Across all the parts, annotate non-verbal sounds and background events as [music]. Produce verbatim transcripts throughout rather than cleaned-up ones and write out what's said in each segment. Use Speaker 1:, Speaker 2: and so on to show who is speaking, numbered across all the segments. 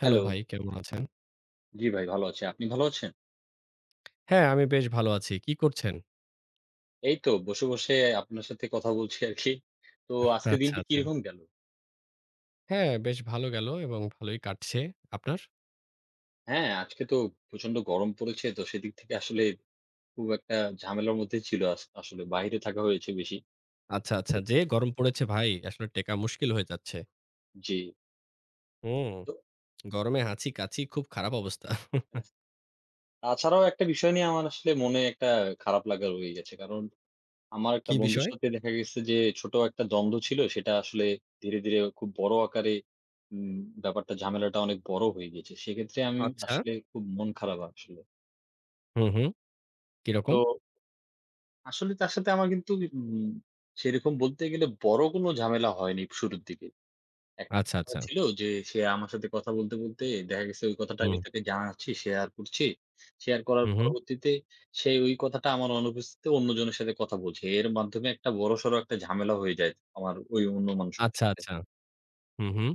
Speaker 1: Hello
Speaker 2: hello.
Speaker 1: ভাই, কেমন আছেন?
Speaker 2: জি ভাই ভালো আছি। আপনি ভালো আছেন?
Speaker 1: হ্যাঁ, আমি বেশ ভালো আছি। কি করছেন?
Speaker 2: এই তো বসে, বসে আপনার সাথে কথা বলছি আরকি। তো আজকের
Speaker 1: আচ্ছা,
Speaker 2: দিনটি
Speaker 1: আচ্ছা।
Speaker 2: কিরকম গেল?
Speaker 1: হ্যাঁ, বেশ ভালো গেল এবং ভালোই কাটছে। আপনার?
Speaker 2: হ্যাঁ, আজকে তো প্রচন্ড গরম পড়েছে। তো সেদিক থেকে আসলে খুব একটা ঝামেলার মধ্যে ছিল আস আসলে বাইরে থাকা হয়েছে বেশি।
Speaker 1: আচ্ছা, আচ্ছা। যে গরম পড়েছে ভাই, আসলে টেকা মুশকিল হয়ে যাচ্ছে।
Speaker 2: জি।
Speaker 1: হুম,
Speaker 2: তো
Speaker 1: গরমে হাঁচি-কাশি খুব খারাপ অবস্থা।
Speaker 2: তাছাড়াও একটা বিষয় নিয়ে আমার আসলে মনে একটা খারাপ লাগা রয়ে গেছে। কারণ আমার একটা
Speaker 1: কি
Speaker 2: বন্ধুর
Speaker 1: বিষয়?
Speaker 2: সাথে দেখা গেছে যে ছোট একটা দ্বন্দ্ব ছিল, সেটা আসলে ধীরে, ধীরে খুব বড় আকারে উম ব্যাপারটা ঝামেলাটা অনেক বড় হয়ে গেছে। সেক্ষেত্রে আমি
Speaker 1: আচ্ছা।
Speaker 2: আসলে খুব মন খারাপ আসলে।
Speaker 1: হুম, হুম। কিরকম?
Speaker 2: তো আসলে তার সাথে আমার কিন্তু উম সেরকম বলতে গেলে বড় কোনো ঝামেলা হয়নি শুরুর দিকে। একটা
Speaker 1: আচ্ছা,
Speaker 2: কথা
Speaker 1: আচ্ছা।
Speaker 2: ছিল যে সে আমার সাথে কথা বলতে, বলতে দেখা গেছে ওই কথাটা আমি
Speaker 1: হুম,
Speaker 2: তাকে জানাচ্ছি, শেয়ার করছি। শেয়ার করার
Speaker 1: হুম, হুম।
Speaker 2: পরবর্তীতে সে ওই কথাটা আমার অনুপস্থিতিতে অন্যজনের সাথে কথা বলছে। এর মাধ্যমে একটা বড়সড় একটা ঝামেলা হয়ে যায় আমার ওই অন্য মানুষটার
Speaker 1: আচ্ছা,
Speaker 2: সাথে।
Speaker 1: আচ্ছা। হুম, হুম।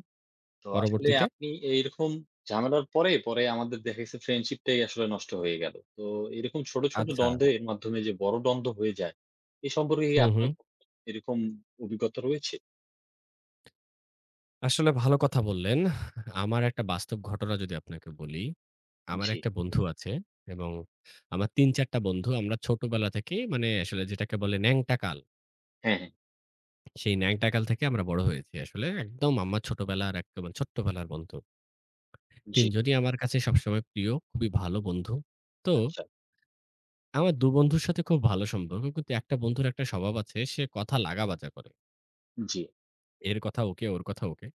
Speaker 2: তো আসলে
Speaker 1: পরবর্তীতে?
Speaker 2: আপনি এইরকম ঝামেলার পরে, পরে আমাদের দেখা গেছে ফ্রেন্ডশিপটাই আসলে নষ্ট হয়ে গেল। তো এরকম ছোট, ছোট
Speaker 1: আচ্ছা।
Speaker 2: দ্বন্দ্বের মাধ্যমে যে বড় দ্বন্দ্ব হয়ে যায়, এ সম্পর্কে কি
Speaker 1: হুম,
Speaker 2: আপনার
Speaker 1: হুম।
Speaker 2: কখনো এরকম অভিজ্ঞতা রয়েছে?
Speaker 1: আসলে ভালো কথা বললেন। আমার একটা বাস্তব ঘটনা যদি আপনাকে বলি। আমার
Speaker 2: জি।
Speaker 1: একটা বন্ধু আছে এবং আমার তিন চার টা বন্ধু। আমরা ছোটবেলা থেকেই মানে আসলে যেটাকে বলে ন্যাংটা কাল,
Speaker 2: হ্যাঁ, হ্যাঁ।
Speaker 1: সেই ন্যাংটা কাল থেকে আমরা বড় হয়েছি আসলে। একদম আমার ছোটবেলার একদম ছোট্টবেলার বন্ধু।
Speaker 2: জি।
Speaker 1: তিন জনই আমার কাছে সবসময় প্রিয়, খুবই ভালো বন্ধু। তো
Speaker 2: আচ্ছা।
Speaker 1: আমার দুই বন্ধুর সাথে খুব ভালো সম্পর্ক। কিন্তু একটা বন্ধুর একটা স্বভাব আছে, সে কথা লাগা-বাঁচা করে।
Speaker 2: জি,
Speaker 1: এর কথা ওকে, ওর কথা ওকে।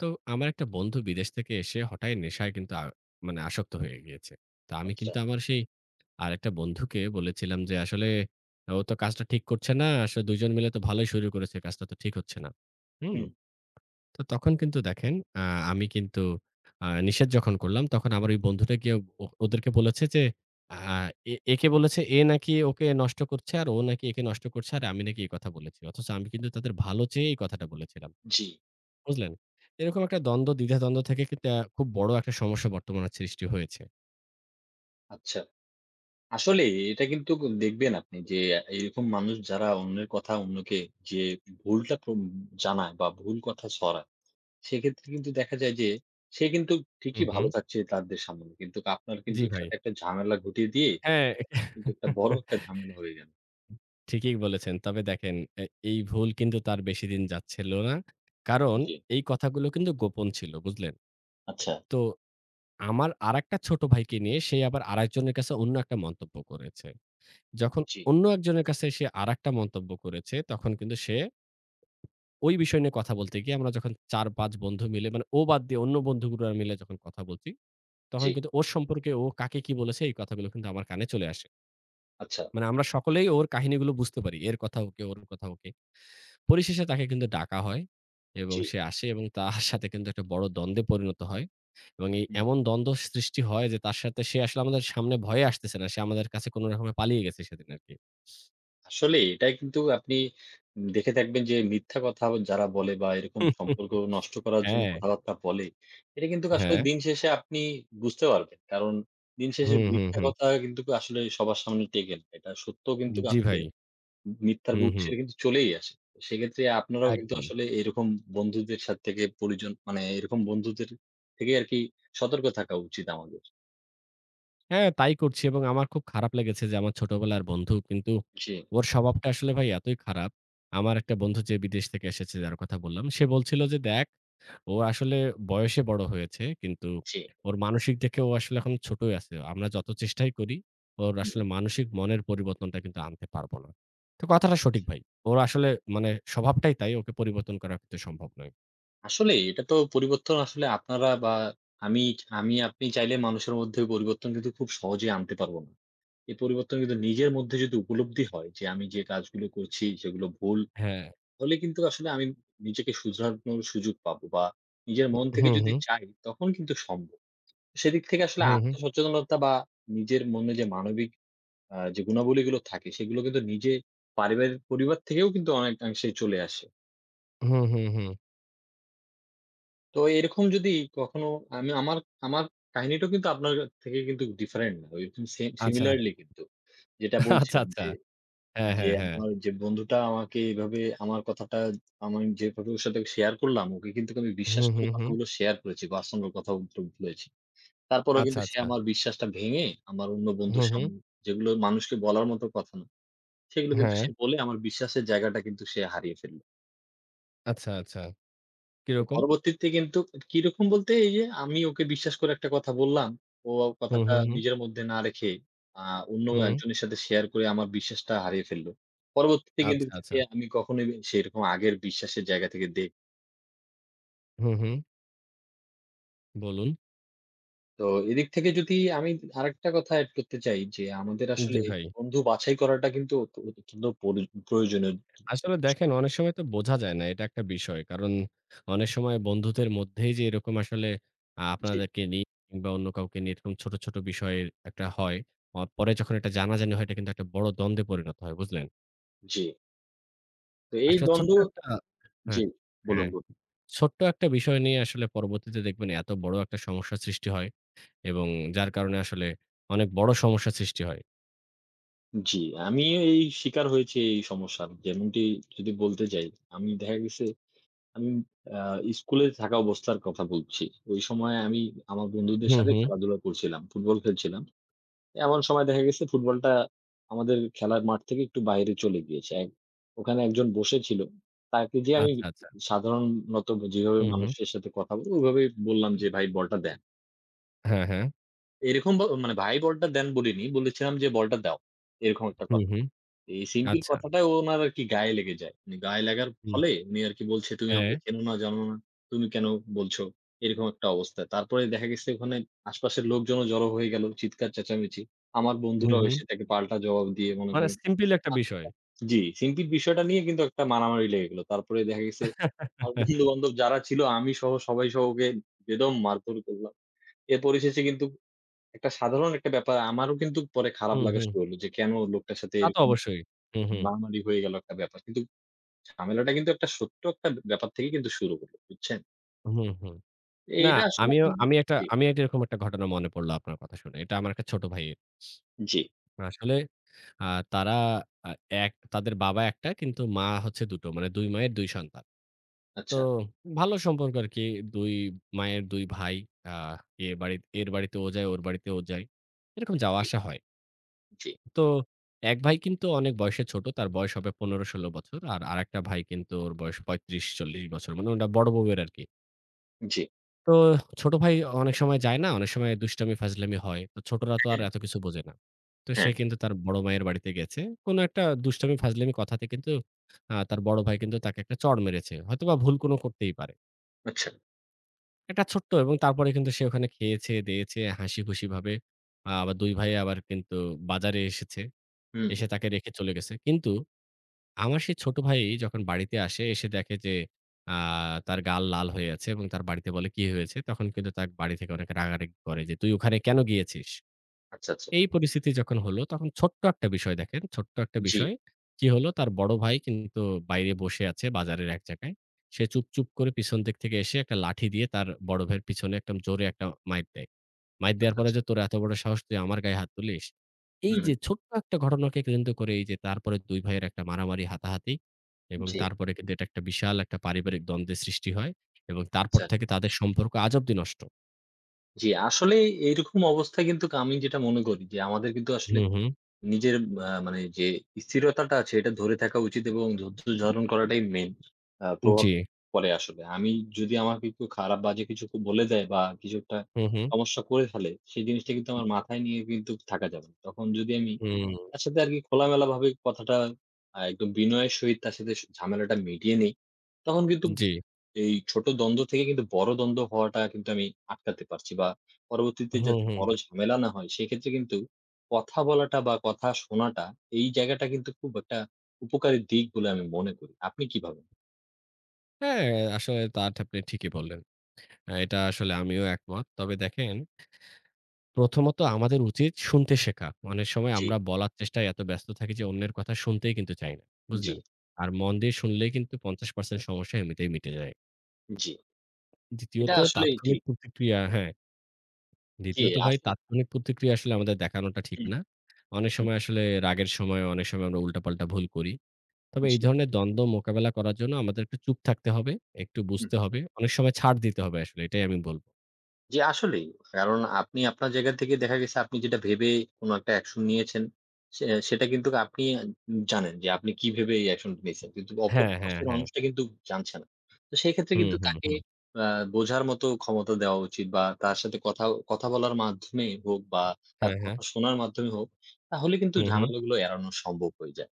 Speaker 1: তো আমার একটা বন্ধু বিদেশ থেকে এসে হঠাৎ নেশায় কিন্তু আ মানে আসক্ত হয়ে গিয়েছে। তা আমি
Speaker 2: আচ্ছা।
Speaker 1: কিন্তু আমার সেই আরেকটা বন্ধুকে বলেছিলাম যে, "আসলে ও তো কাজটা ঠিক করছে না। আসলে দুই জন মিলে তো ভালোই শুরু করেছে। কাজটা তো ঠিক হচ্ছে না।" হুম?
Speaker 2: হুম,
Speaker 1: তো তখন কিন্তু দেখেন আ আমি কিন্তু আ নিষেধ যখন করলাম তখন আমার ওই বন্ধুটা গিয়ে ও ওদেরকে বলেছে যে, আ "এ একে বলেছে এ নাকি ওকে নষ্ট করছে আর ও নাকি একে নষ্ট করছে আর আমি নাকি এই কথা বলেছি।" অথচ আমি কিন্তু তাদের ভালো চেয়ে এই কথাটা বলেছিলাম।
Speaker 2: জি।
Speaker 1: বুঝলেন? এরকম একটা দ্বন্দ্ব, দ্বিধাদ্বন্দ্ব থেকে কিন্তু আ খুব বড় একটা সমস্যা বর্তমানে সৃষ্টি হয়েছে।
Speaker 2: আচ্ছা। আসলেই এটা কিন্তু ক দেখবেন আপনি যে এরকম মানুষ যারা অন্যের কথা অন্যকে যে ভুলটা প্রম জানায় বা ভুল কথা ছড়ায়, সেক্ষেত্রে কিন্তু দেখা যায় যে সে কিন্তু
Speaker 1: হুম,
Speaker 2: ঠিকই
Speaker 1: হুম।
Speaker 2: ভালো থাকছে তাদের সামনে। কিন্তু আপনার
Speaker 1: জি,
Speaker 2: কিন্তু
Speaker 1: ভাই।
Speaker 2: সাথে একটা ঝামেলা ঘটিয়ে দিয়ে
Speaker 1: হ্যাঁ,
Speaker 2: কিন্তু একটা বড় একটা
Speaker 1: [laughs]
Speaker 2: ঝামেলা হয়ে গেল।
Speaker 1: ঠিকই বলেছেন। তবে দেখেন এ এই ভুল কিন্তু তার বেশিদিন যাচ্ছিল না। কারণ
Speaker 2: জি।
Speaker 1: এই কথাগুলো কিন্তু গোপন ছিল, বুঝলেন?
Speaker 2: আচ্ছা।
Speaker 1: তো আমার আরেকটা ছোট ভাইকে নিয়ে সে আবার আরেকজনের কাছে অন্য একটা মন্তব্য করেছে। যখন
Speaker 2: জি,
Speaker 1: অন্য একজনের কাছে সে আরেকটা মন্তব্য করেছে, তখন কিন্তু সে ওই বিষয় নিয়ে কথা বলতে গিয়ে আমরা যখন চার পাঁচ বন্ধু মিলে মানে ও বাদ দিয়ে অন্য বন্ধুগুলো মিলে যখন কথা বলছি তখন
Speaker 2: জি।
Speaker 1: কিন্তু ওর সম্পর্কে ও কাকে কি বলেছে এই কথাগুলো কিন্তু আমার কানে চলে আসে।
Speaker 2: আচ্ছা।
Speaker 1: মানে আমরা সকলেই ওর কাহিনীগুলো বুঝতে পারি। এর কথা ওকে, ওর কথা ওকে। পরিশেষে তাকে কিন্তু ডাকা হয় এবং
Speaker 2: জি।
Speaker 1: সে আসে এবং তার সাথে কিন্তু একটা বড় দ্বন্দ্বে পরিণত হয় এবং এই
Speaker 2: হুম।
Speaker 1: এমন দ্বন্দ্ব সৃষ্টি হয় যে তার সাথে সে আসলে আমাদের সামনে ভয়ে আসতেছে না। সে আমাদের কাছে কোনো রকমে পালিয়ে গেছে সেদিন আরকি।
Speaker 2: আসলে এটা কিন্তু আপনি দেখে থাকবেন যে মিথ্যা কথা যারা বলে বা এরকম সম্পর্ক নষ্ট
Speaker 1: [laughs]
Speaker 2: করার জন্য
Speaker 1: হ্যাঁ,
Speaker 2: কথাবার্তা বলে, এটা কিন্তু আসলে
Speaker 1: হ্যাঁ।
Speaker 2: দিন শেষে আপনি বুঝতে পারবেন। কারণ দিন শেষে
Speaker 1: হুম, হুম,
Speaker 2: মিথ্যা
Speaker 1: হুম।
Speaker 2: কথা কিন্তু আসলে সবার সামনে টেকে না। এটা সত্য কিন্তু
Speaker 1: জি
Speaker 2: আসলে
Speaker 1: ভাই।
Speaker 2: মিথ্যার
Speaker 1: হুম,
Speaker 2: বুক
Speaker 1: হুম।
Speaker 2: ছেড়ে কিন্তু চলেই আসে। সেক্ষেত্রে আপনারাও কিন্তু
Speaker 1: একদম।
Speaker 2: আসলে এরকম বন্ধুদের সাথে থেকে পরিজন মানে এরকম বন্ধুদের থেকে আরকি সতর্ক থাকা উচিত আমাদের।
Speaker 1: হ্যাঁ, তাই করছি এবং আমার খুব খারাপ লেগেছে যে আমার ছোটবেলার বন্ধু কিন্তু
Speaker 2: জি,
Speaker 1: ওর স্বভাবটা আসলে ভাই এতই খারাপ। আমার একটা বন্ধু যে বিদেশ থেকে এসেছে যার কথা বললাম, সে বলছিল যে, "দেখ ও আসলে বয়সে বড় হয়েছে কিন্তু
Speaker 2: জি।
Speaker 1: ওর মানসিক দেখে ও আসলে এখন ছোটই আছে। আমরা যত চেষ্টাই করি ওর আসলে
Speaker 2: হুম।
Speaker 1: মানসিক মনের পরিবর্তনটা কিন্তু আনতে পারব না।" তো কথাটা সঠিক ভাই। ওর আসলে মানে স্বভাবটাই তাই ওকে পরিবর্তন করা কিন্তু সম্ভব নয়।
Speaker 2: আসলে এটা তো পরিবর্তন আসলে আপনারা বা আমি আমি আপনি চাইলে মানুষের মধ্যে পরিবর্তন কিন্তু খুব সহজে আনতে পারবো না। এই পরিবর্তন কিন্তু নিজের মধ্যে যদি উপলব্ধি হয় যে আমি যে কাজগুলো করছি সেগুলো ভুল,
Speaker 1: হ্যাঁ।
Speaker 2: হলে কিন্তু আসলে আমি নিজেকে শুধরানোর সুযোগ পাবো বা নিজের মন থেকে
Speaker 1: হুম,
Speaker 2: যদি
Speaker 1: হুম।
Speaker 2: চাই তখন কিন্তু সম্ভব। সেদিক থেকে আসলে
Speaker 1: হুম, হুম।
Speaker 2: আত্মসচেতনতা বা নিজের মনে যে মানবিক আ যে গুণাবলীগুলো থাকে সেগুলো কিন্তু নিজে পারিবারিক পরিবার থেকেও কিন্তু অনেকাংশে চলে আসে।
Speaker 1: হুম, হুম, হুম।
Speaker 2: তো এরকম যদি কখনো আমি আমার আমার কাহিনীটাও কিন্তু আপনার থেকে কিন্তু ডিফারেন্ট না। ওইরকম সেম
Speaker 1: আচ্ছা।
Speaker 2: সিমিলারলি কিন্তু। যেটা
Speaker 1: আচ্ছা,
Speaker 2: বলছিলাম
Speaker 1: আচ্ছা।
Speaker 2: যে,
Speaker 1: হ্যাঁ,
Speaker 2: যে
Speaker 1: হ্যাঁ, হ্যাঁ।
Speaker 2: আমার যে বন্ধুটা আমাকে এভাবে আমার কথাটা আমি যেভাবে ওর সাথে শেয়ার করলাম, ওকে কিন্তু আমি বিশ্বাস
Speaker 1: হুম,
Speaker 2: করে
Speaker 1: হুম, হুম।
Speaker 2: কথাগুলো শেয়ার করেছি। বাস্তবের কথাও বলেছি। তারপরেও
Speaker 1: আচ্ছা,
Speaker 2: কিন্তু সে
Speaker 1: আচ্ছা।
Speaker 2: আমার বিশ্বাসটা ভেঙে আমার অন্য
Speaker 1: হুম,
Speaker 2: বন্ধুর
Speaker 1: হুম।
Speaker 2: সামনে যেগুলো মানুষকে বলার মতো কথা না, সেগুলো কিন্তু
Speaker 1: হ্যাঁ।
Speaker 2: সে বলে আমার বিশ্বাসের জায়গাটা কিন্তু সে হারিয়ে ফেলল।
Speaker 1: আচ্ছা, আচ্ছা। কিরকম?
Speaker 2: পরবর্তীতে কিন্তু কিরকম বলতে এই যে আমি ওকে বিশ্বাস করে একটা কথা বললাম। ও
Speaker 1: হুম,
Speaker 2: কথাটা
Speaker 1: হুম, হুম,
Speaker 2: নিজের মধ্যে না রেখে আ অন্য
Speaker 1: হুম।
Speaker 2: একজনের সাথে শেয়ার করে আমার বিশ্বাসটা হারিয়ে ফেলল। পরবর্তীতে কিন্তু
Speaker 1: আচ্ছা, আচ্ছা।
Speaker 2: তাকে আমি কখনোই সেরকম আগের বিশ্বাসের জায়গা থেকে দেই।
Speaker 1: হুম, হুম। বলুন।
Speaker 2: তো এদিক থেকে যদি আমি আরেকটা কথা এড করতে চাই যে আমাদের
Speaker 1: জি
Speaker 2: আসলে
Speaker 1: ভাই।
Speaker 2: বন্ধু বাছাই করাটা কিন্তু অত অত্যন্ত পরি প্রয়োজনীয়।
Speaker 1: আসলে
Speaker 2: বিষয়।
Speaker 1: দেখেন অনেক সময় তো বোঝা যায় না। এটা একটা বিষয়। কারণ অনেক সময় বন্ধুদের মধ্যেই যে এরকম আসলে আ
Speaker 2: জি,
Speaker 1: আপনাদেরকে নিয়ে কিংবা অন্য কাউকে নিয়ে এরকম ছোট, ছোট বিষয়ের একটা হয়। অ পরে যখন এটা জানাজানি হয় এটা কিন্তু একটা বড় দ্বন্দ্বে পরিণত হয়, বুঝলেন?
Speaker 2: জি। তো এই
Speaker 1: আসলে
Speaker 2: দ্বন্দ্ব
Speaker 1: ছোট্ট একটা।
Speaker 2: জি,
Speaker 1: হ্যাঁ,
Speaker 2: বলুন,
Speaker 1: হ্যাঁ।
Speaker 2: বলুন।
Speaker 1: ছোট্ট একটা বিষয় নিয়ে আসলে পরবর্তীতে দেখবেন এত বড় একটা সমস্যার সৃষ্টি হয়। এবং যার কারণে আসলে অনেক বড় সমস্যার সৃষ্টি হয়।
Speaker 2: জি, আমিও এই শিকার হয়েছি এই সমস্যার। যেমনটি যদি বলতে যাই, আমি দেখা গেছে আমি আ স্কুলে থাকা অবস্থার কথা বলছি। ওই সময় আমি আমার বন্ধুদের
Speaker 1: হুম,
Speaker 2: সাথে
Speaker 1: হুম।
Speaker 2: খেলাধুলা করছিলাম। ফুটবল খেলছিলাম। এমন সময় দেখা গেছে ফুটবলটা আমাদের খেলার মাঠ থেকে একটু বাইরে চলে গিয়েছে। এক ওখানে একজন বসেছিল। তাকে যেয়ে আমি
Speaker 1: আচ্ছা, আচ্ছা।
Speaker 2: সাধারণত যেভাবে
Speaker 1: হুম, হুম।
Speaker 2: মানুষের সাথে কথা বলি ওইভাবেই বললাম যে, "ভাই বলটা দেন।"
Speaker 1: হ্যাঁ, হ্যাঁ।
Speaker 2: এরকম ব মানে ভাই বলটা দেন বলিনি। বলেছিলাম যে, "বলটা দাও।" এরকম একটা
Speaker 1: হুম,
Speaker 2: কথা।
Speaker 1: হুম।
Speaker 2: এই সিম্পির
Speaker 1: আচ্ছা।
Speaker 2: কথাটাই ওনার আরকি গায়ে লেগে যায়। মানে গায়ে লাগার
Speaker 1: হুম।
Speaker 2: ফলে উনি আরকি বলছে, "তুমি
Speaker 1: হ্যাঁ।
Speaker 2: আমাকে চেনো না, জানো না। তুমি কেন বলছো?" এরকম একটা অবস্থা। তারপরে দেখা গেছে ওখানে আশপাশের লোকজনও জড়ো হয়ে গেল। চিৎকার চেঁচামেচি। আমার
Speaker 1: হুম,
Speaker 2: বন্ধুরাও
Speaker 1: হুম।
Speaker 2: এসে তাকে পাল্টা জবাব দিয়ে মনে
Speaker 1: মানে
Speaker 2: করেন
Speaker 1: সিম্পল একটা
Speaker 2: আ
Speaker 1: বিষয়।
Speaker 2: জি, সিম্পির বিষয়টা নিয়ে কিন্তু একটা মারামারি লেগে গেল। তারপরে দেখা গেছে আমার বন্ধু-বান্ধব যারা ছিল আমি সহ সবাই সহ ওকে বেদম মারধর করলাম। এর পরিশেষে কিন্তু একটা সাধারণ একটা ব্যাপার আমারও কিন্তু পরে খারাপ
Speaker 1: হুম,
Speaker 2: লাগা
Speaker 1: হুম।
Speaker 2: শুরু হলো যে, কেন লোকটার সাথে
Speaker 1: তা তো
Speaker 2: এরকম
Speaker 1: অবশ্যই। হুম, হুম।
Speaker 2: মারামারি হয়ে গেল একটা ব্যাপার। কিন্তু ঝামেলাটা কিন্তু একটা ছোট্ট একটা ব্যাপার থেকে কিন্তু শুরু হলো। বুঝছেন?
Speaker 1: হুম, হুম। না,
Speaker 2: এটা আসলে
Speaker 1: আমিও
Speaker 2: আমরা
Speaker 1: আমি একটা
Speaker 2: জি,
Speaker 1: আমি একটা এরকম একটা ঘটনা মনে পড়লো আপনার কথা শুনে। এটা আমার একটা ছোট ভাইয়ের।
Speaker 2: জি।
Speaker 1: আসলে আ তারা আ এক তাদের বাবা একটা কিন্তু মা হচ্ছে দুই টো মানে দুই মায়ের দুই সন্তান। তো
Speaker 2: আচ্ছা।
Speaker 1: ভালো সম্পর্ক আরকি। দুই মায়ের দুই ভাই। আ এ বাড়ি এর বাড়িতে ও যায়, ওর বাড়িতে ও যায়। এরকম যাওয়া
Speaker 2: জি,
Speaker 1: আসা হয়।
Speaker 2: জি,
Speaker 1: তো এক ভাই কিন্তু অনেক বয়সে ছোট। তার বয়স হবে পনেরো ষোলো বছর। আর আরেকটা ভাই কিন্তু ওর বয়স পঁয়ত্রিশ চল্লিশ বছর। মানে ওটা বড় বউয়ের আরকি।
Speaker 2: জি।
Speaker 1: তো ছোট ভাই অনেক সময় যায় না, অনেক সময় দুষ্টামি ফাজলামি হয়। তো ছোটরা তো আর
Speaker 2: হ্যাঁ,
Speaker 1: এত কিছু বোঝে না। তো সে
Speaker 2: হ্যাঁ।
Speaker 1: কিন্তু তার বড় মায়ের বাড়িতে গেছে। কোনো একটা দুষ্টামি ফাজলামি কথাতে কিন্তু আ তার বড় ভাই কিন্তু তাকে একটা চড় মেরেছে। হয়তোবা ভুল কোনো করতেই পারে।
Speaker 2: আচ্ছা।
Speaker 1: একটা ছোট্ট এবং তারপরে কিন্তু সে ওখানে খেয়েছে, দেয়েছে হাসিখুশি ভাবে। আ আবার দুই ভাই আবার কিন্তু বাজারে এসেছে।
Speaker 2: হুম,
Speaker 1: এসে
Speaker 2: হুম।
Speaker 1: তাকে রেখে চলে গেছে। কিন্তু আমার সেই ছোট ভাই যখন বাড়িতে আসে, এসে দেখে যে আ তার গাল লাল হয়ে আছে এবং তার বাড়িতে বলে, "কি হয়েছে?" তখন কিন্তু তার বাড়ি থেকে অনেক রাগারাগি করে যে, "তুই ওখানে কেন গিয়েছিস?"
Speaker 2: আচ্ছা, আচ্ছা।
Speaker 1: এই পরিস্থিতি যখন হলো তখন ছোট্ট একটা বিষয় দেখেন, ছোট্ট একটা
Speaker 2: জি।
Speaker 1: বিষয়। কি হলো তার বড় ভাই কিন্তু বাইরে বসে আছে বাজারের এক জায়গায়। সে চুপচুপ করে পিছন দিক থেকে এসে একটা লাঠি দিয়ে তার বড় ভাইয়ের পিছনে একদম জোরে একটা মাইর দেয়। মাইর দেওয়ার
Speaker 2: আচ্ছা,
Speaker 1: পরে
Speaker 2: আচ্ছা।
Speaker 1: যে, "তোর এত বড় সাহস তুই আমার গায়ে হাত তুলিস?"
Speaker 2: হুম,
Speaker 1: এই যে
Speaker 2: হুম।
Speaker 1: ছোট্ট একটা ঘটনাকে কেন্দ্র করে এই যে তারপরে দুই ভাইয়ের একটা মারামারি হাতাহাতি এবং
Speaker 2: জি।
Speaker 1: তারপরে কিন্তু এটা একটা বিশাল একটা পারিবারিক দ্বন্দ্বের সৃষ্টি হয় এবং তারপর
Speaker 2: আচ্ছা।
Speaker 1: থেকে তাদের সম্পর্ক আজ অব্দি নষ্ট।
Speaker 2: জি, আসলে এরকম অবস্থায় কিন্তু আমি যেটা মনে করি যে আমাদের কিন্তু
Speaker 1: হুম,
Speaker 2: আসলে
Speaker 1: হুম।
Speaker 2: নিজের আ মানে যে স্থিরতাটা আছে এটা ধরে থাকা উচিত এবং ধৈর্য ধারণ করাটাই মেইন আ প্রভাব
Speaker 1: জি।
Speaker 2: পড়ে আসলে। আমি যদি আমাকে কেউ খারাপ বাজে কিছু ক বলে দেয় বা কিছু একটা
Speaker 1: হুম, হুম।
Speaker 2: সমস্যা করে ফেলে, সেই জিনিসটা কিন্তু আমার মাথায় নিয়ে কিন্তু থাকা যাবে না। তখন যদি আমি
Speaker 1: হুম,
Speaker 2: তার সাথে আরকি খোলামেলাভাবে কথাটা আ একদম বিনয়ের সহিত তার সাথে স ঝামেলাটা মিটিয়ে নেই। তখন কিন্তু
Speaker 1: জি।
Speaker 2: এই ছোট দ্বন্দ্ব থেকে কিন্তু বড় দ্বন্দ্ব হওয়াটা কিন্তু আমি আটকাতে পারছি বা পরবর্তীতে
Speaker 1: হুম,
Speaker 2: যাতে
Speaker 1: হুম।
Speaker 2: বড় ঝামেলা না হয়, সেক্ষেত্রে কিন্তু কথা বলাটা বা কথা শোনাটা এই জায়গাটা কিন্তু খুব একটা উপকারী দিক বলে আমি মনে করি। আপনি কি ভাবেন?
Speaker 1: হ্যাঁ, আসলে তা আপনি ঠিকই বললেন। আ এটা আসলে আমিও একমত। তবে দেখেন, প্রথমত আমাদের উচিত শুনতে শেখা। অনেক সময়
Speaker 2: জি।
Speaker 1: আমরা বলার চেষ্টায় এত ব্যস্ত থাকি যে অন্যের কথা শুনতেই কিন্তু চাই না।
Speaker 2: জি,
Speaker 1: বুঝলেন? আর মন দিয়ে শুনলেই কিন্তু পঞ্চাশ শতাংশ সমস্যা এমনিতেই মিটে যায়।
Speaker 2: জি। এটা
Speaker 1: দ্বিতীয়ত
Speaker 2: বাহ! আসলেই
Speaker 1: তাৎক্ষণিক
Speaker 2: ঠিক।
Speaker 1: প্রতিক্রিয়া হ্যাঁ,
Speaker 2: জি,
Speaker 1: দ্বিতীয়ত ভাই
Speaker 2: আসলে
Speaker 1: তাৎক্ষণিক প্রতিক্রিয়া আসলে আমাদের দেখানোটা ঠিক
Speaker 2: হুম,
Speaker 1: না। অনেক
Speaker 2: হুম।
Speaker 1: সময় আসলে রাগের সময় অনেক সময় আমরা উল্টাপাল্টা ভুল করি। তবে এই
Speaker 2: জি।
Speaker 1: ধরনের দ্বন্দ্ব মোকাবেলা করার জন্য আমাদের একটু চুপ থাকতে হবে, একটু
Speaker 2: হুম,
Speaker 1: বুঝতে
Speaker 2: হুম।
Speaker 1: হবে। অনেক সময় ছাড় দিতে হবে আসলে এটাই আমি বলব।
Speaker 2: জি, আসলেই। কারণ আপনি আপনার জায়গা থেকে দেখা গেছে আপনি যেটা ভেবে কোন একটা অ্যাকশন নিয়েছেন, সে সেটা কিন্তু আপনি জানেন যে আপনি কি ভেবে এই অ্যাকশনটা নিয়েছেন। কিন্তু অপর
Speaker 1: হ্যাঁ, হ্যাঁ,
Speaker 2: পাশের
Speaker 1: হ্যাঁ।
Speaker 2: মানুষটা কিন্তু জানছে না। তো সেই ক্ষেত্রে
Speaker 1: হুম,
Speaker 2: কিন্তু
Speaker 1: হুম,
Speaker 2: তাকে
Speaker 1: হুম।
Speaker 2: আ বোঝার মতো ক্ষমতা দেওয়া উচিত বা তার সাথে কথা কথা বলার মাধ্যমে হোক বা তার
Speaker 1: হ্যাঁ, হ্যাঁ।
Speaker 2: কথা শোনার মাধ্যমে হোক, তাহলে কিন্তু
Speaker 1: হুম, হুম।
Speaker 2: ঝামেলাগুলো এড়ানো সম্ভব হয়ে যায়।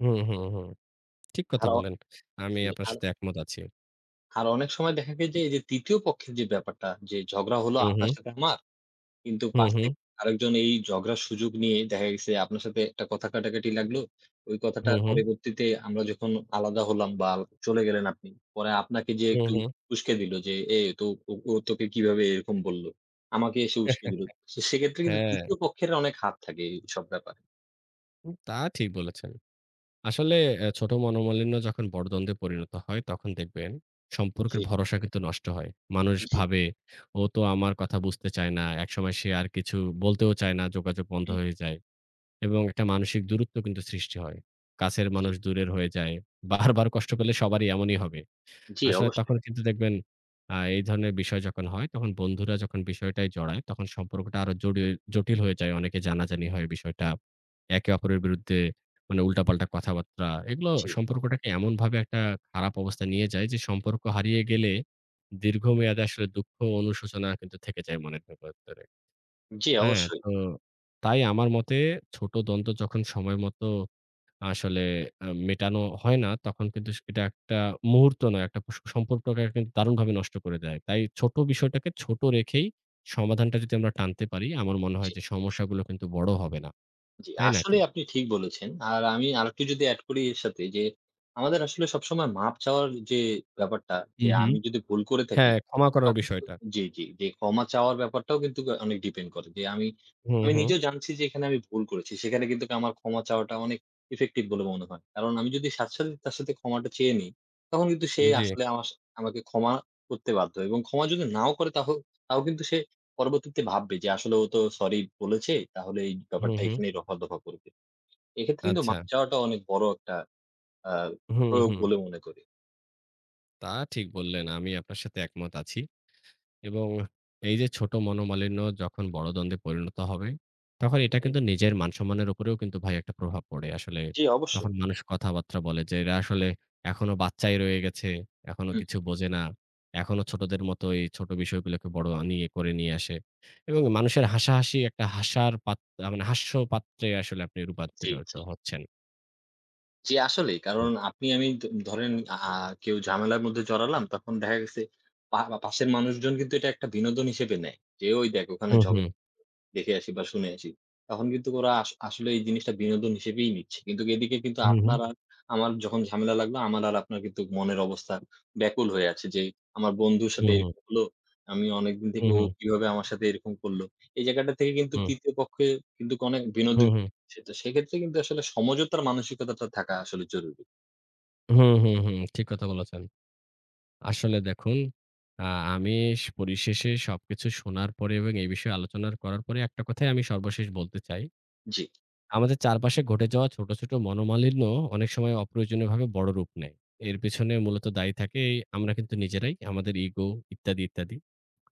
Speaker 1: হুম, হুম, হুম। ঠিক কথা
Speaker 2: আর অ
Speaker 1: বললেন। আমি
Speaker 2: জি,
Speaker 1: আপনার
Speaker 2: আর
Speaker 1: সাথে একমত আছি।
Speaker 2: আর অনেক সময় দেখা যায় যে এই যে তৃতীয় পক্ষের যে ব্যাপারটা যে ঝগড়া হলো
Speaker 1: হুম,
Speaker 2: আপনার
Speaker 1: হুম।
Speaker 2: সাথে আমার কিন্তু
Speaker 1: হুম,
Speaker 2: পাশ
Speaker 1: হুম।
Speaker 2: থেকে আরেকজন এই ঝগড়ার সুযোগ নিয়ে দেখা গেছে আপনার সাথে একটা কথা কাটাকাটি লাগলো। ওই কথাটা
Speaker 1: হুম, হুম।
Speaker 2: পরবর্তীতে আমরা যখন আলাদা হলাম বা চলে গেলেন আপনি। পরে আপনাকে যেয়ে
Speaker 1: হুম,
Speaker 2: একটু
Speaker 1: হুম।
Speaker 2: উসকে দিল যে, "এ তো ও ও তোকে কিভাবে এরকম বলল?" আমাকে এসে উসকে
Speaker 1: [laughs]
Speaker 2: দিল। সে সেক্ষেত্রে কিন্তু
Speaker 1: হ্যাঁ,
Speaker 2: তৃতীয় পক্ষের অনেক হাত থাকে এইসব ব্যাপারে।
Speaker 1: উম, তা ঠিক বলেছেন। আসলে এ ছোট মনোমালিন্য যখন বড় দ্বন্দ্বে পরিণত হয় তখন দেখবেন
Speaker 2: জি,
Speaker 1: সম্পর্কের ভরসা কিন্তু নষ্ট হয়। মানুষ
Speaker 2: জি,
Speaker 1: ভাবে ও তো আমার কথা বুঝতে চায় না। একসময় সে আর কিছু বলতেও চায় না, যোগাযোগ বন্ধ
Speaker 2: হুম,
Speaker 1: হয়ে যায়। এবং একটা মানসিক দূরত্ব কিন্তু সৃষ্টি হয়। কাছের
Speaker 2: জি,
Speaker 1: মানুষ দূরের হয়ে যায়। বারবার কষ্ট পেলে সবারই এমনই হবে।
Speaker 2: জি
Speaker 1: আসলে
Speaker 2: অবশ্যই।
Speaker 1: তখন কিন্তু দেখবেন আ এই ধরনের বিষয় যখন হয় তখন বন্ধুরা যখন বিষয়টায় জড়ায় তখন সম্পর্কটা আরো জড়ি জটিল হয়ে যায়। অনেকে জানাজানি হয় বিষয়টা। একে অপরের বিরুদ্ধে মানে উল্টাপাল্টা কথাবার্তা। এগুলো
Speaker 2: জি,
Speaker 1: সম্পর্কটাকে এমনভাবে একটা খারাপ অবস্থায় নিয়ে যায় যে সম্পর্ক হারিয়ে গেলে দীর্ঘমেয়াদে আসলে দুঃখ অনুশোচনা কিন্তু থেকে যায় মনের ভেতরে।
Speaker 2: জি
Speaker 1: হ্যাঁ,
Speaker 2: অবশ্যই।
Speaker 1: তো তাই আমার মতে ছোট দ্বন্দ্ব যখন সময় মতো আসলে আ মেটানো হয় না, তখন কিন্তু স এটা একটা মুহূর্ত নয়, একটা স সম্পর্ককে কিন্তু দারুণভাবে নষ্ট করে দেয়। তাই ছোট বিষয়টাকে ছোট রেখেই সমাধানটা যদি আমরা টানতে পারি, আমার মনে হয়
Speaker 2: জি।
Speaker 1: যে সমস্যাগুলো কিন্তু বড় হবে না।
Speaker 2: জি,
Speaker 1: তাই নাকি?
Speaker 2: আসলেই আপনি ঠিক বলেছেন। আর আমি আরেকটু যদি এড করি এর সাথে যে, আমাদের আসলে সবসময় মাপ চাওয়ার যে ব্যাপারটা,
Speaker 1: হু,
Speaker 2: যে
Speaker 1: হুম।
Speaker 2: আমি যদি ভুল করে থাকি,
Speaker 1: হ্যাঁ, ক্ষমা করার
Speaker 2: তখন কিন্তু
Speaker 1: বিষয়টা।
Speaker 2: জি, জি, যে ক্ষমা চাওয়ার ব্যাপারটাও কিন্তু আ অনেক ডিপেন্ড করে। যে আমি,
Speaker 1: হুম,
Speaker 2: আমি
Speaker 1: হুম।
Speaker 2: নিজেও জানছি যে এখানে আমি ভুল করেছি। সেখানে কিন্তু আমার ক্ষমা চাওয়াটা অনেক ইফেক্টিভ বলে মনে হয়। কারণ আমি যদি সাথে, সাথে তার সাথে ক্ষমাটা চেয়ে নিই, তখন কিন্তু সে
Speaker 1: জি।
Speaker 2: আসলে আমার সা আমাকে ক্ষমা করতে বাধ্য এবং ক্ষমা যদি নাও করে তাহ তাও কিন্তু সে পরবর্তীতে ভাববে যে আসলে ও তো সরি বলেছে, তাহলে এই
Speaker 1: হুম,
Speaker 2: ব্যাপারটা
Speaker 1: হুম।
Speaker 2: এখানেই রফা-দফা করবে। এক্ষেত্রে কিন্তু
Speaker 1: আচ্ছা।
Speaker 2: মাপ চাওয়াটা অনেক বড় একটা আ
Speaker 1: হুম,
Speaker 2: প্রয়োগ
Speaker 1: হুম।
Speaker 2: বলে মনে করি।
Speaker 1: তা ঠিক বললেন। আমি আপনার সাথে একমত আছি। এবং এই যে ছোট মনোমালিন্য যখন বড় দ্বন্দ্বে পরিণত হবে, তখন এটা
Speaker 2: জি,
Speaker 1: কিন্তু নিজের মান-সম্মানের উপরেও কিন্তু ভাই একটা প্রভাব পড়ে। আসলে
Speaker 2: জি
Speaker 1: তখন
Speaker 2: অবশ্যই।
Speaker 1: মানুষ কথাবার্তা বলে যে, "এরা আসলে এখনো বাচ্চাই রয়ে গেছে, এখনো
Speaker 2: হুম,
Speaker 1: কিছু
Speaker 2: হুম।
Speaker 1: বোঝে না। এখনো ছোটদের মতো এই ছোট বিষয়গুলোকে বড় নিয়ে করে নিয়ে আসে।" এবং মানুষের হাসাহাসি একটা হাসার পাত মানে হাস্য পাত্রে আসলে আপনি
Speaker 2: জি,
Speaker 1: রূপান্তরিত
Speaker 2: জি।
Speaker 1: হচ্ছেন।
Speaker 2: জি আসলেই।
Speaker 1: হুম,
Speaker 2: কারণ আপনি আমি দ ধরেন আ কেউ ঝামেলার মধ্যে জড়ালাম তখন দেখা গেছে পা পাশের মানুষজন কিন্তু এটা একটা বিনোদন হিসেবে নেয়। যে ওই দেখ ওখানে
Speaker 1: হুম,
Speaker 2: ঝগ
Speaker 1: হুম,
Speaker 2: দেখে আসি বা শুনে আসি। তখন কিন্তু ওরা আস আসলে এই জিনিসটা বিনোদন হিসেবেই নিচ্ছে। কিন্তু এদিকে কিন্তু
Speaker 1: হুম, হুম,
Speaker 2: আপনার আর আমার যখন ঝামেলা লাগলো, আমার আর আপনার কিন্তু মনের অবস্থা ব্যাকুল হয়ে আছে যে, আমার বন্ধুর সাথে
Speaker 1: হুম, হুম,
Speaker 2: এরকম হলো। আমি অনেকদিন থেকে
Speaker 1: হুম,
Speaker 2: ও
Speaker 1: হুম,
Speaker 2: কিভাবে আমার সাথে এরকম করলো। এই জায়গাটা থেকে কিন্তু
Speaker 1: হুম,
Speaker 2: তৃতীয় পক্ষে কিন্তু অনেক
Speaker 1: হুম,
Speaker 2: বিনোদন
Speaker 1: হুম,
Speaker 2: সেটা সেক্ষেত্রে কিন্তু আসলে সমঝোতার মানসিকতাটা থাকা আসলে জরুরি।
Speaker 1: হুম, হুম, হুম। ঠিক কথা বলেছেন। আসলে দেখুন, আ আমি সে পরিশেষে সবকিছু শোনার পরে এবং এই বিষয়ে আলোচনার করার পরে একটা কথাই আমি সর্বশেষ বলতে চাই।
Speaker 2: জি,
Speaker 1: আমাদের চারপাশে ঘটে যাওয়া ছোট, ছোট মনোমালিন্য অনেক সময় অপ্রয়োজনীয়ভাবে বড় রূপ নেয়। এর পেছনে মূলত দায়ী থাকে এই আমরা কিন্তু নিজেরাই, আমাদের ইগো ইত্যাদি, ইত্যাদি।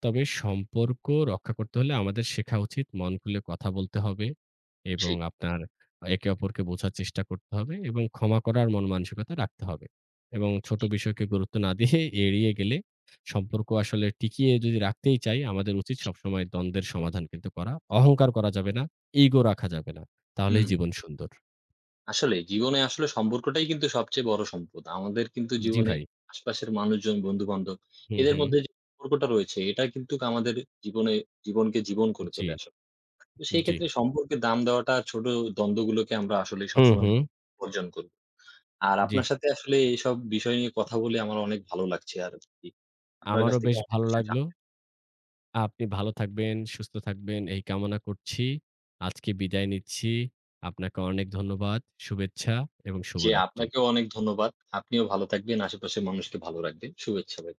Speaker 1: তবে সম্পর্ক রক্ষা করতে হলে আমাদের শেখা উচিত মন খুলে কথা বলতে হবে
Speaker 2: জি,
Speaker 1: এবং আপনার একে অপরকে বোঝার চেষ্টা করতে হবে এবং ক্ষমা করার মন মানসিকতা রাখতে হবে এবং ছোট
Speaker 2: জি,
Speaker 1: বিষয়কে গুরুত্ব না দিয়ে [laughs] এড়িয়ে গেলে সম্পর্ক আসলে টিকিয়ে যদি রাখতেই চাই আমাদের উচিত
Speaker 2: জি।
Speaker 1: সবসময় দ্বন্দ্বের সমাধান কিন্তু করা। অহংকার করা যাবে না। ইগো রাখা যাবে না। তাহলেই
Speaker 2: হুম।
Speaker 1: জীবন সুন্দর।
Speaker 2: আসলে জীবনে আসলে সম্পর্কটাই কিন্তু সবচেয়ে বড় সম্পদ। আমাদের কিন্তু
Speaker 1: জি
Speaker 2: জীবনে
Speaker 1: ভাই।
Speaker 2: আশপাশের মানুষজন, বন্ধু-বান্ধব
Speaker 1: হুম,
Speaker 2: এদের
Speaker 1: হুম।
Speaker 2: মধ্যে যে সম্পর্কটা রয়েছে এটা কিন্তু আমাদের জীবনে জীবনকে জীবন করে
Speaker 1: জি,
Speaker 2: চলে আসে। তো সেই
Speaker 1: জি।
Speaker 2: ক্ষেত্রে সম্পর্কের দাম দেওয়াটা আর ছোট দ্বন্দ্বগুলোকে আমরা আসলেই
Speaker 1: হুম,
Speaker 2: সবসময়
Speaker 1: হুম।
Speaker 2: বর্জন করি। আর
Speaker 1: জি।
Speaker 2: আপনার সাথে আসলে এইসব বিষয় নিয়ে কথা বলে আমার অনেক ভালো লাগছে আরকি। আপনার কাছ
Speaker 1: আমারও
Speaker 2: থেকে
Speaker 1: বেশ
Speaker 2: অনেক
Speaker 1: ভালো
Speaker 2: কিছু
Speaker 1: লাগলো।
Speaker 2: জানতে
Speaker 1: আপনি ভালো থাকবেন, সুস্থ থাকবেন এই কামনা করছি। আজকে বিদায় নিচ্ছি। আপনাকে অনেক ধন্যবাদ, শুভেচ্ছা এবং
Speaker 2: জি,
Speaker 1: শুভরাত্রি।
Speaker 2: আপনাকেও অনেক ধন্যবাদ। আপনিও ভালো থাকবেন, আশেপাশের মানুষকে ভালো রাখবেন। শুভেচ্ছা ভাই।